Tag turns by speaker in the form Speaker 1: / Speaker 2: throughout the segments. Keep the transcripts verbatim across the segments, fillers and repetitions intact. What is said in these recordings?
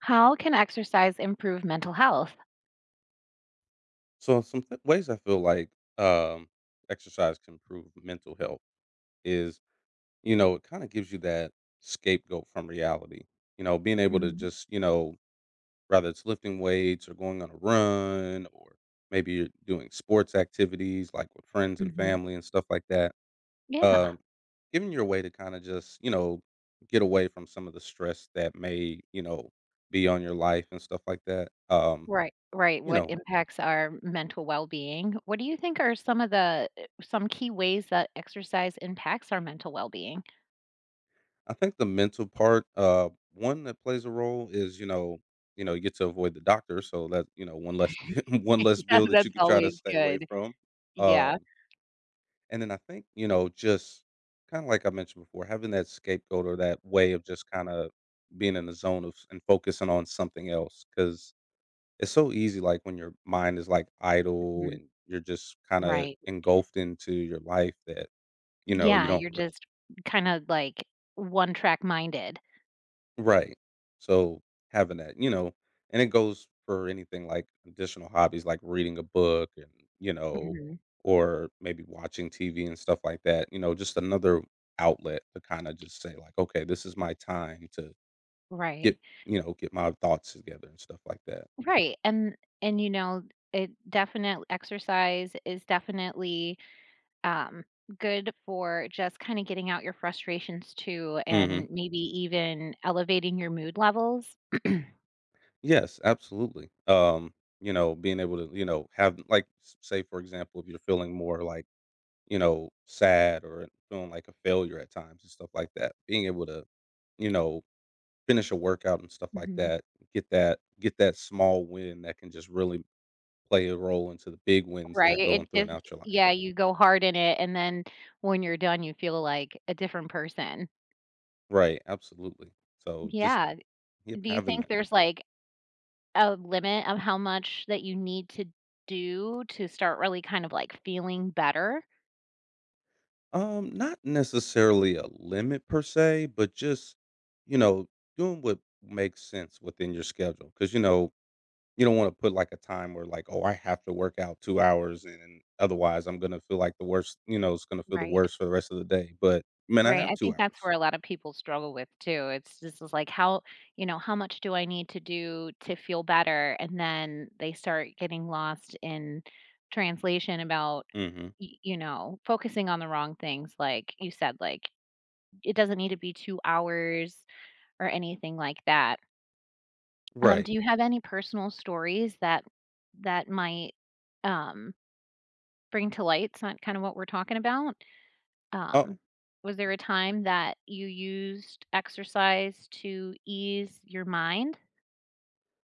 Speaker 1: How can exercise improve mental health?
Speaker 2: So some th- ways I feel like um, exercise can improve mental health is, you know, it kind of gives you that scapegoat from reality. You know, being able to
Speaker 1: Mhm,
Speaker 2: just, you know, whether it's lifting weights or going on a run or maybe you're doing sports activities like with friends and
Speaker 1: mhm.
Speaker 2: family and stuff like that.
Speaker 1: Yeah.
Speaker 2: Um, giving you a way to kind of just, you know, get away from some of the stress that may, you know, be on your life and stuff like that. Um,
Speaker 1: Right, right,
Speaker 2: you
Speaker 1: what
Speaker 2: know,
Speaker 1: impacts our mental well-being. What do you think are some of the eh, some key ways that exercise impacts our mental well-being?
Speaker 2: I think the mental part, uh, one that plays a role is you know, you know, you get to avoid the doctor, so that you know one less one less
Speaker 1: Yeah,
Speaker 2: bill that you
Speaker 1: that's
Speaker 2: could try to
Speaker 1: always
Speaker 2: stay away
Speaker 1: good.
Speaker 2: from.
Speaker 1: Yeah.
Speaker 2: Um, and then I think you know, just kind of like I mentioned before, having that scapegoat or that way of just kind of being in the zone of and focusing on something else because it's so easy. Like when your mind is like idle
Speaker 1: Mhm,
Speaker 2: and you're just kind of
Speaker 1: right.
Speaker 2: engulfed into your life that you know you
Speaker 1: Yeah,
Speaker 2: don't.
Speaker 1: you're just kinda, like, one-track minded.
Speaker 2: Right. So having that, you know, and it goes for anything like additional hobbies like reading a book and, you know,
Speaker 1: Mhm.
Speaker 2: or maybe watching T V and stuff like that, you know, just another outlet to kind of just say like, okay, this is my time to
Speaker 1: Right,
Speaker 2: get, you know, get my thoughts together and stuff like that.
Speaker 1: right, and and, you know, it definitely exercise is definitely um, good for just kind of getting out your frustrations too,
Speaker 2: Hmm.
Speaker 1: and maybe even elevating your mood levels.
Speaker 2: Yes, absolutely. Um, you know, being able to, you know, have like s- say for example, if you're feeling more like you know, sad or feeling like a failure at times and stuff like that. Being able to, you know, finish a workout and stuff like
Speaker 1: Mhm.
Speaker 2: that, get that get that small win that can just really play a role into the big wins that
Speaker 1: Right.
Speaker 2: are
Speaker 1: It
Speaker 2: going
Speaker 1: just,
Speaker 2: throughout your life.
Speaker 1: yeah, you go hard in it. And then when you're done, you feel like a different person.
Speaker 2: Right, absolutely. So just,
Speaker 1: Yeah.
Speaker 2: yep,
Speaker 1: Do you
Speaker 2: having
Speaker 1: think
Speaker 2: that.
Speaker 1: there's like a limit of how much that you need to do to start really kind of, like, feeling better?
Speaker 2: Um, not necessarily a limit per se, but just, you know, doing what makes sense within your schedule. Cause you know, You don't wanna put, like, a time where, like, "Oh, I have to work out two hours, and otherwise I'm gonna feel like the worst," you know, it's gonna feel the
Speaker 1: Right.
Speaker 2: worst for the rest of the day, but, "Man, I
Speaker 1: Right,
Speaker 2: have
Speaker 1: I
Speaker 2: two
Speaker 1: think that's
Speaker 2: hours."
Speaker 1: where a lot of people struggle with too. It's just is like, how you know, how much do I need to do to feel better? And then they start getting lost in translation about,
Speaker 2: Mhm.
Speaker 1: y you know, focusing on the wrong things, like you said, like, it doesn't need to be two hours or anything like that. Um,
Speaker 2: Right.
Speaker 1: do you have any personal stories that that might, um bring to light, light's not kinda what we're talking about.
Speaker 2: Oh,
Speaker 1: Um, was there a time that you used exercise to ease your mind?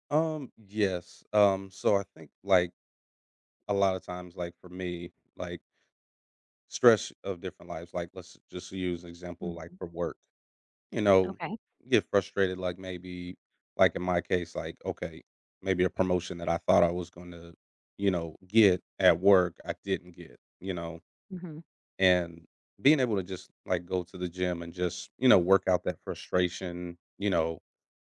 Speaker 2: um, yes, um, so I think, like, a lot of times, like, for me, like, stress of different lives, like, let's just use an example, like,
Speaker 1: Mhm.
Speaker 2: for work. you know,
Speaker 1: Okay.
Speaker 2: get frustrated, like maybe, like in my case, like, okay, maybe a promotion that I thought I was going to, you know, get at work, I didn't get, you know,
Speaker 1: Mhm.
Speaker 2: and being able to just like go to the gym and just you know work out that frustration. you know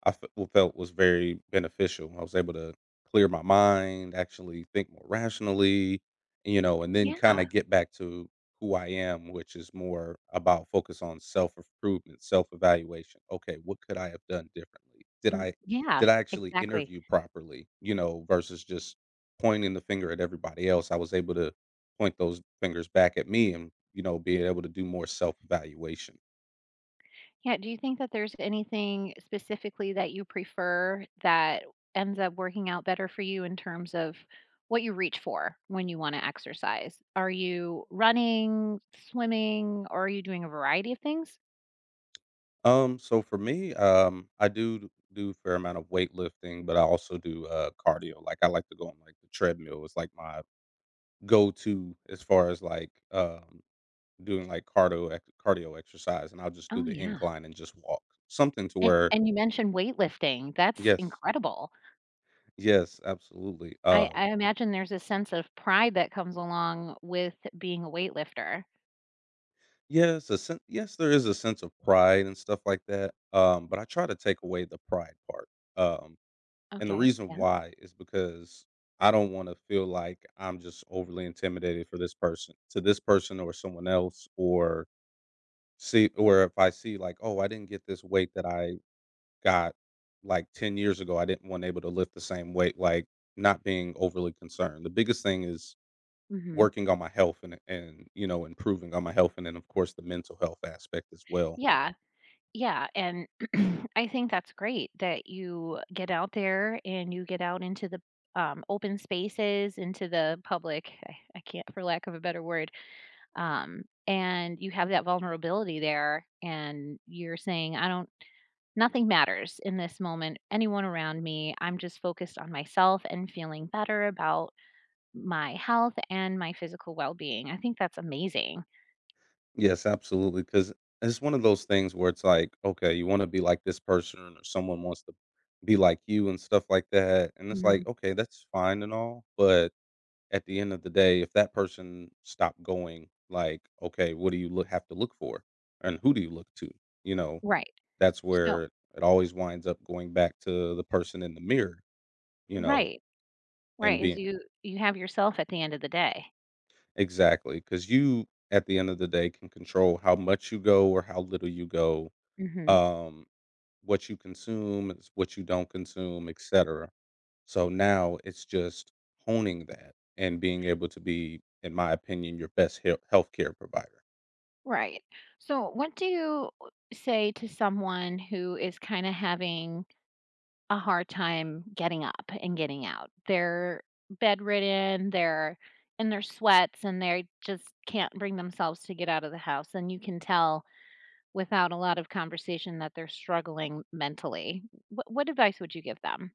Speaker 2: i f- w- felt was very beneficial. I was able to clear my mind, actually think more rationally, you know and then kind
Speaker 1: Yeah.
Speaker 2: of get back to who I am, which is more about focus on self improvement self evaluation okay, what could I have done differently? did
Speaker 1: Mm,
Speaker 2: i
Speaker 1: yeah,
Speaker 2: did i actually
Speaker 1: exactly.
Speaker 2: interview properly, you know versus just pointing the finger at everybody else? I was able to point those fingers back at me, and, you know, being able to do more self-evaluation.
Speaker 1: Yeah, do you think that there's anything specifically that you prefer that ends up working out better for you in terms of what you reach for when you wanna exercise? Are you running, swimming, or are you doing a variety of things?
Speaker 2: Um, so for me, um, I do do a fair amount of weightlifting, but I also do uh cardio. Like I like to go on like the treadmill. It's like my go-to as far as like um doing like cardio ex- cardio exercise, and I'll just do
Speaker 1: Oh,
Speaker 2: the
Speaker 1: yeah.
Speaker 2: incline and just walk. Something to
Speaker 1: And
Speaker 2: where.
Speaker 1: and you mentioned weightlifting, that's
Speaker 2: Yes,
Speaker 1: incredible.
Speaker 2: yes, absolutely.
Speaker 1: I
Speaker 2: Um
Speaker 1: I imagine there's a sense of pride that comes along with being a weightlifter.
Speaker 2: yes, a sen- yes, there is a sense of pride and stuff like that. Um but I try to take away the pride part. Um And the
Speaker 1: Okay,
Speaker 2: reason
Speaker 1: yeah,
Speaker 2: why is because I don't wanna feel like I'm just overly intimidated for this person to this person or someone else, or see, or if I see like, "Oh, I didn't get this weight that I got, like, ten years ago. I didn't want able to lift the same weight," like, not being overly concerned. The biggest thing is
Speaker 1: mhm.
Speaker 2: working on my health and and, you know, improving on my health and then, of course, the mental health aspect as well.
Speaker 1: Yeah, yeah, and I think that's great that you get out there and you get out into the, um, open spaces, into the public. I I can't, for lack of a better word, um, and you have that vulnerability there, and you're saying, "I don't, nothing matters in this moment, anyone around me. I'm just focused on myself and feeling better about my health and my physical well-being." I think that's amazing.
Speaker 2: Yes, absolutely. Cause it's one of those things where it's like, okay, you wanna be like this person or someone wants to be like you and stuff like that, and it's like,
Speaker 1: Mhm.
Speaker 2: okay, that's fine and all, but at the end of the day, if that person stopped going, like, okay, what do you look have to look for? And who do you look to? You know,
Speaker 1: Right.
Speaker 2: that's
Speaker 1: So
Speaker 2: where it always winds up going back to the person in the mirror, you know,
Speaker 1: right,
Speaker 2: and
Speaker 1: right, is
Speaker 2: being
Speaker 1: you you have yourself at the end of the day.
Speaker 2: exactly because you, at the end of the day, can control how much you go or how little you go
Speaker 1: Mhm.
Speaker 2: um, what you consume, it's what you don't consume, et cetera. So now it's just honing that and being able to be, in my opinion, your best health healthcare provider.
Speaker 1: Right. So what do you say to someone who is kinda having a hard time getting up and getting out. They're bedridden, they're in their sweats, and they just can't bring themselves to get out of the house. And you can tell without a lot of conversation that they're struggling mentally. What, what advice would you give them?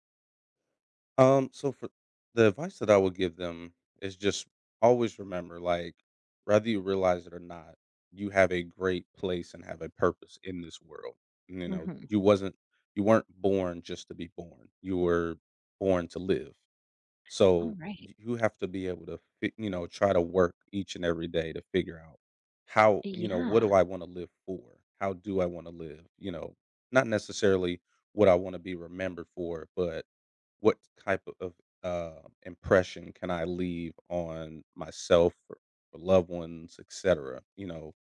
Speaker 2: Um, so for the advice that I would give them is just, always remember, like, whether you realize it or not, you have a great place and have a purpose in this world. You know,
Speaker 1: Mhm.
Speaker 2: you wasn't, you weren't born just to be born. You were born to live.
Speaker 1: All
Speaker 2: So
Speaker 1: right.
Speaker 2: y- you have to be able to, fi- you know, try to work each and every day to figure out how, you know, what
Speaker 1: Yeah.
Speaker 2: do I want to live for? How do I want to live? You know, not necessarily what I want to be remembered for, but what type of uh, impression can I leave on myself or, or loved ones, et cetera. You know,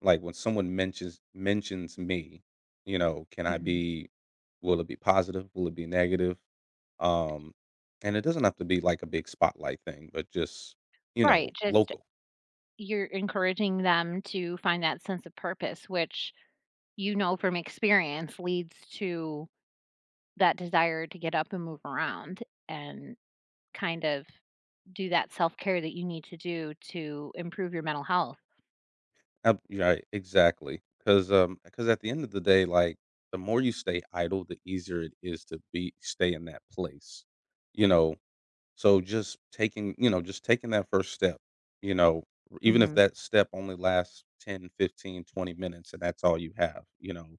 Speaker 2: Like when someone mentions mentions me, you know, can I
Speaker 1: Hmm.
Speaker 2: be? Will it be positive? Will it be negative? Um, and it doesn't have to be like a big spotlight thing, but just, you
Speaker 1: Right.
Speaker 2: know,
Speaker 1: Just
Speaker 2: local.
Speaker 1: you're encouraging them to find that sense of purpose, which you know from experience leads to that desire to get up and move around and kind of do that self-care that you need to do to improve your mental health.
Speaker 2: Ab- Right, exactly. Because um, because at the end of the day, like the more you stay idle, the easier it is to be stay in that place. You know, so just taking, you know, just taking that first step, you know, r- even if
Speaker 1: Mhm.
Speaker 2: that step only lasts ten, fifteen, twenty minutes, and that's all you have, you know,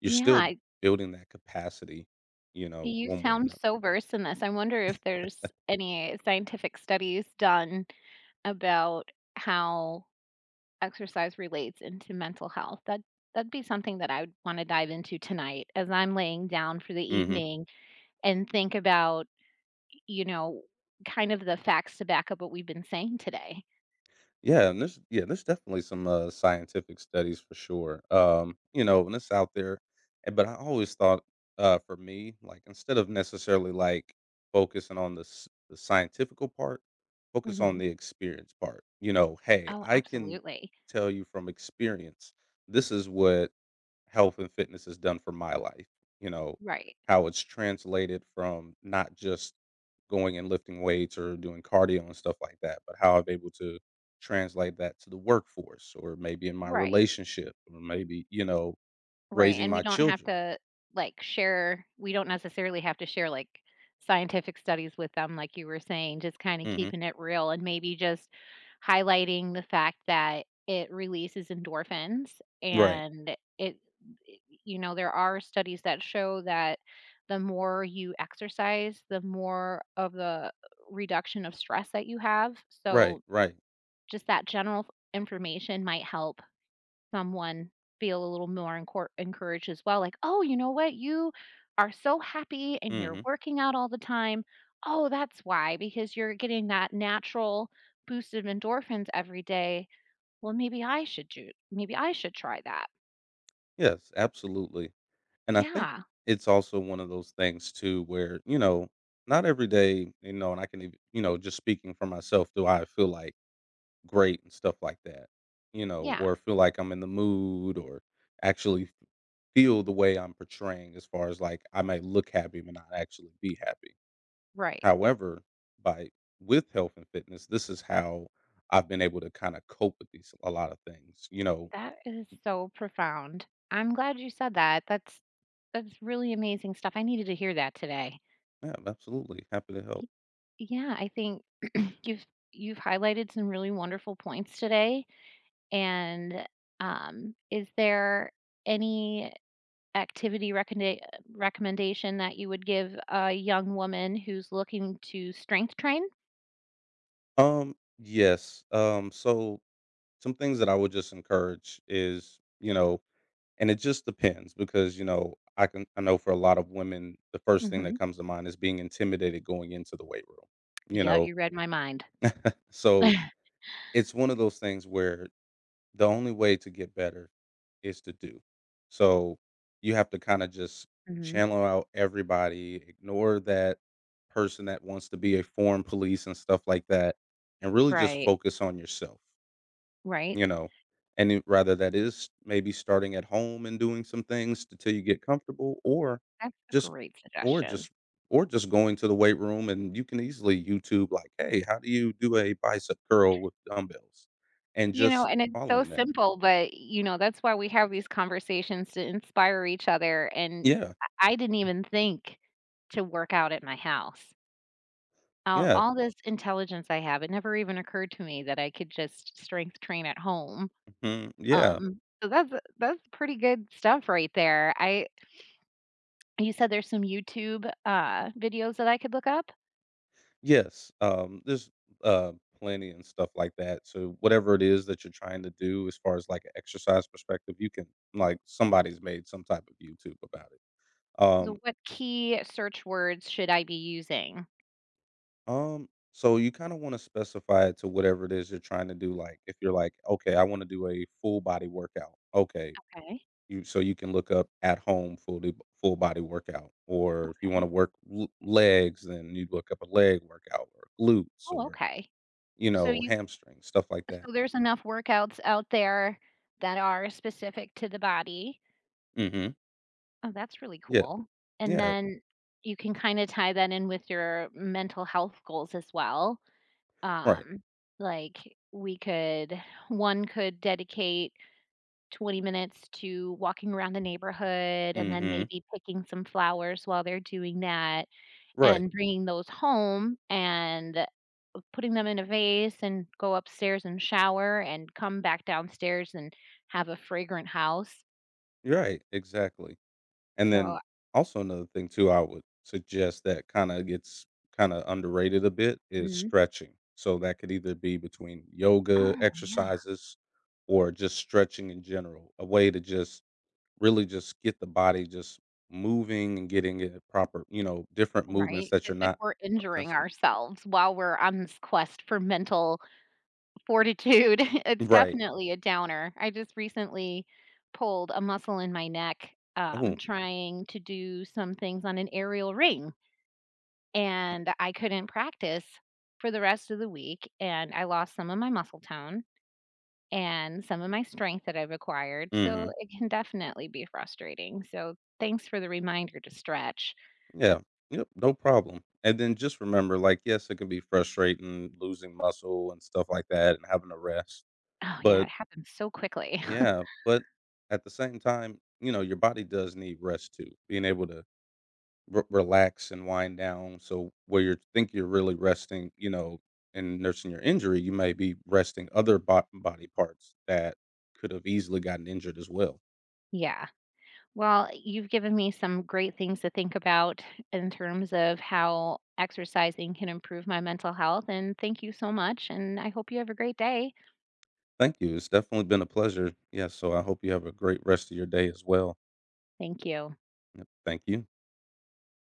Speaker 2: you're
Speaker 1: Yeah,
Speaker 2: still
Speaker 1: I,
Speaker 2: building that capacity, you know,
Speaker 1: you
Speaker 2: one way or
Speaker 1: sound
Speaker 2: another.
Speaker 1: so versed in this. I wonder if there's any scientific studies done about how exercise relates into mental health. That that'd be something that I would wanna dive into tonight as I'm laying down for the
Speaker 2: Hmm.
Speaker 1: evening and think about, you know, kind of the facts to back up what we've been saying today.
Speaker 2: Yeah, and there's yeah, there's definitely some, uh, scientific studies for sure, um, you know, and it's out there, and but I always thought, uh, for me, like, instead of necessarily, like, focusing on the s the scientifical part, focus on
Speaker 1: Mhm.
Speaker 2: the experience part, you know, "Hey,
Speaker 1: Oh,
Speaker 2: I can
Speaker 1: absolutely.
Speaker 2: tell you from experience, this is what health and fitness has done for my life," you know,
Speaker 1: Right.
Speaker 2: how it's translated from not just going and lifting weights or doing cardio and stuff like that, but how I'm able to translate that to the workforce or maybe in my
Speaker 1: Right.
Speaker 2: relationship or maybe, you know,
Speaker 1: Right,
Speaker 2: raising
Speaker 1: and we
Speaker 2: my
Speaker 1: don't have
Speaker 2: children.
Speaker 1: to, like, share, we don't necessarily have to share, like, scientific studies with them, like you were saying, just kinda
Speaker 2: Mhm.
Speaker 1: keeping it real and maybe just highlighting the fact that it releases endorphins
Speaker 2: Right.
Speaker 1: and it, you know, there are studies that show that the more you exercise, the more of the reduction of stress that you have,
Speaker 2: Right.
Speaker 1: so
Speaker 2: Right.
Speaker 1: just that general information might help someone feel a little more encour encouraged as well, like, "Oh, you know what? You are so happy and you're
Speaker 2: Mhm.
Speaker 1: working out all the time. Oh, that's why, because you're getting that natural boost of endorphins every day. Well, maybe I should do, maybe I should try that."
Speaker 2: Yes, absolutely. And I think
Speaker 1: Yeah,
Speaker 2: it's also one of those things too where, you know, not every day, you know, and I can, even you know, just speaking for myself, do I feel like great and stuff like that, you know,
Speaker 1: yeah,
Speaker 2: or feel like I'm in the mood or actually feel the way I'm portraying as far as like I might look happy but not actually be happy.
Speaker 1: right.
Speaker 2: However, by with health and fitness, this is how I've been able to kind of cope with these a lot of things. You know,
Speaker 1: That is so profound. I'm glad you said that. That's that's really amazing stuff. I needed to hear that today.
Speaker 2: yeah, absolutely. Happy to help.
Speaker 1: Y- Yeah, I think you've you've highlighted some really wonderful points today. And, um, is there any activity recommenda recommendation that you would give a young woman who's looking to strength train?
Speaker 2: Um, yes. Um, so some things that I would just encourage is, you know, and it just depends because, you know, I can I know for a lot of women, the first thing that
Speaker 1: Mhm.
Speaker 2: comes to mind is being intimidated going into the weight room. You
Speaker 1: Yep,
Speaker 2: know,
Speaker 1: you read my mind.
Speaker 2: so it's one of those things where the only way to get better is to do. So you have to kind of just
Speaker 1: Mhm.
Speaker 2: channel out everybody, ignore that person that wants to be a foreign police and stuff like that, and really just
Speaker 1: Right,
Speaker 2: focus on yourself,
Speaker 1: right?
Speaker 2: you know. And it- rather that is maybe starting at home and doing some things until you get comfortable, or
Speaker 1: That's a
Speaker 2: just,
Speaker 1: great
Speaker 2: or
Speaker 1: suggestion.
Speaker 2: just, or just going to the weight room, and you can easily YouTube like, hey, how do you do a bicep curl with dumbbells, and
Speaker 1: You
Speaker 2: just
Speaker 1: know, and it's so
Speaker 2: following that.
Speaker 1: simple, but, you know, that's why we have these conversations to inspire each other, and
Speaker 2: Yeah,
Speaker 1: I I didn't even think to work out at my house. Um,
Speaker 2: yeah,
Speaker 1: all this intelligence I have, it never even occurred to me that I could just strength train at home.
Speaker 2: mhm, yeah,
Speaker 1: Um, so that's that's pretty good stuff right there. I, you said there's some YouTube, uh, videos that I could look up?
Speaker 2: yes, um, there's, uh, plenty and stuff like that, so whatever it is that you're trying to do as far as, like, a exercise perspective, you can like, somebody's made some type of YouTube about it.
Speaker 1: So
Speaker 2: Um,
Speaker 1: what key search words should I be using?
Speaker 2: um, so you kinda wanna specify it to whatever it is you're trying to do, like, if you're like, "Okay, I wanna do a full body workout." Okay,
Speaker 1: Okay.
Speaker 2: you so you can look up at home, full do full body workout, or if you wanna work l legs, then you look up a leg workout or glutes
Speaker 1: Oh,
Speaker 2: or
Speaker 1: okay.
Speaker 2: You
Speaker 1: So
Speaker 2: know,
Speaker 1: you,
Speaker 2: hamstrings, stuff like that.
Speaker 1: so there's enough workouts out there that are specific to the body.
Speaker 2: Mhm.
Speaker 1: Oh, that's really
Speaker 2: Yeah.
Speaker 1: cool. And
Speaker 2: Yeah.
Speaker 1: then you can kinda tie that in with your mental health goals as well.
Speaker 2: Right.
Speaker 1: Um, like we could, one could dedicate twenty minutes to walking around the neighborhood and then
Speaker 2: Mhm.
Speaker 1: maybe picking some flowers while they're doing that
Speaker 2: Right.
Speaker 1: and bringing those home and putting them in a vase and go upstairs and shower and come back downstairs and have a fragrant house.
Speaker 2: You're right. Exactly. And then
Speaker 1: So
Speaker 2: also another thing too I would suggest that kinda gets kinda underrated a bit is
Speaker 1: mhm.
Speaker 2: stretching. So that could either be between yoga
Speaker 1: Oh, yeah,
Speaker 2: exercises or just stretching in general, a way to just really just get the body just moving and getting it proper, you know, different movements
Speaker 1: right.
Speaker 2: that you're
Speaker 1: Because if
Speaker 2: not
Speaker 1: we're injuring
Speaker 2: accustomed.
Speaker 1: ourselves while we're on this quest for mental fortitude. It's
Speaker 2: Right.
Speaker 1: definitely a downer. I just recently pulled a muscle in my neck, um,
Speaker 2: Oh,
Speaker 1: trying to do some things on an aerial ring, and I couldn't practice for the rest of the week, and I lost some of my muscle tone and some of my strength that I've acquired, so
Speaker 2: mhm.
Speaker 1: it can definitely be frustrating. So thanks for the reminder to stretch.
Speaker 2: Yeah. Yep. No problem. And then just remember, like, yes, it can be frustrating losing muscle and stuff like that and having to rest.
Speaker 1: Oh, yeah,
Speaker 2: But
Speaker 1: it happens so quickly.
Speaker 2: Yeah, but at the same time, you know, your body does need rest too. Being able to re- relax and wind down. So where you think you're really resting, you know, and nursing your injury, you may be resting other bo- body parts that could have easily gotten injured as well.
Speaker 1: Yeah. Well, you've given me some great things to think about in terms of how exercising can improve my mental health, and thank you so much, and I hope you have a great day.
Speaker 2: Thank you. It's definitely been a pleasure. Yeah. So I hope you have a great rest of your day as well.
Speaker 1: Thank you.
Speaker 2: Yep, thank you.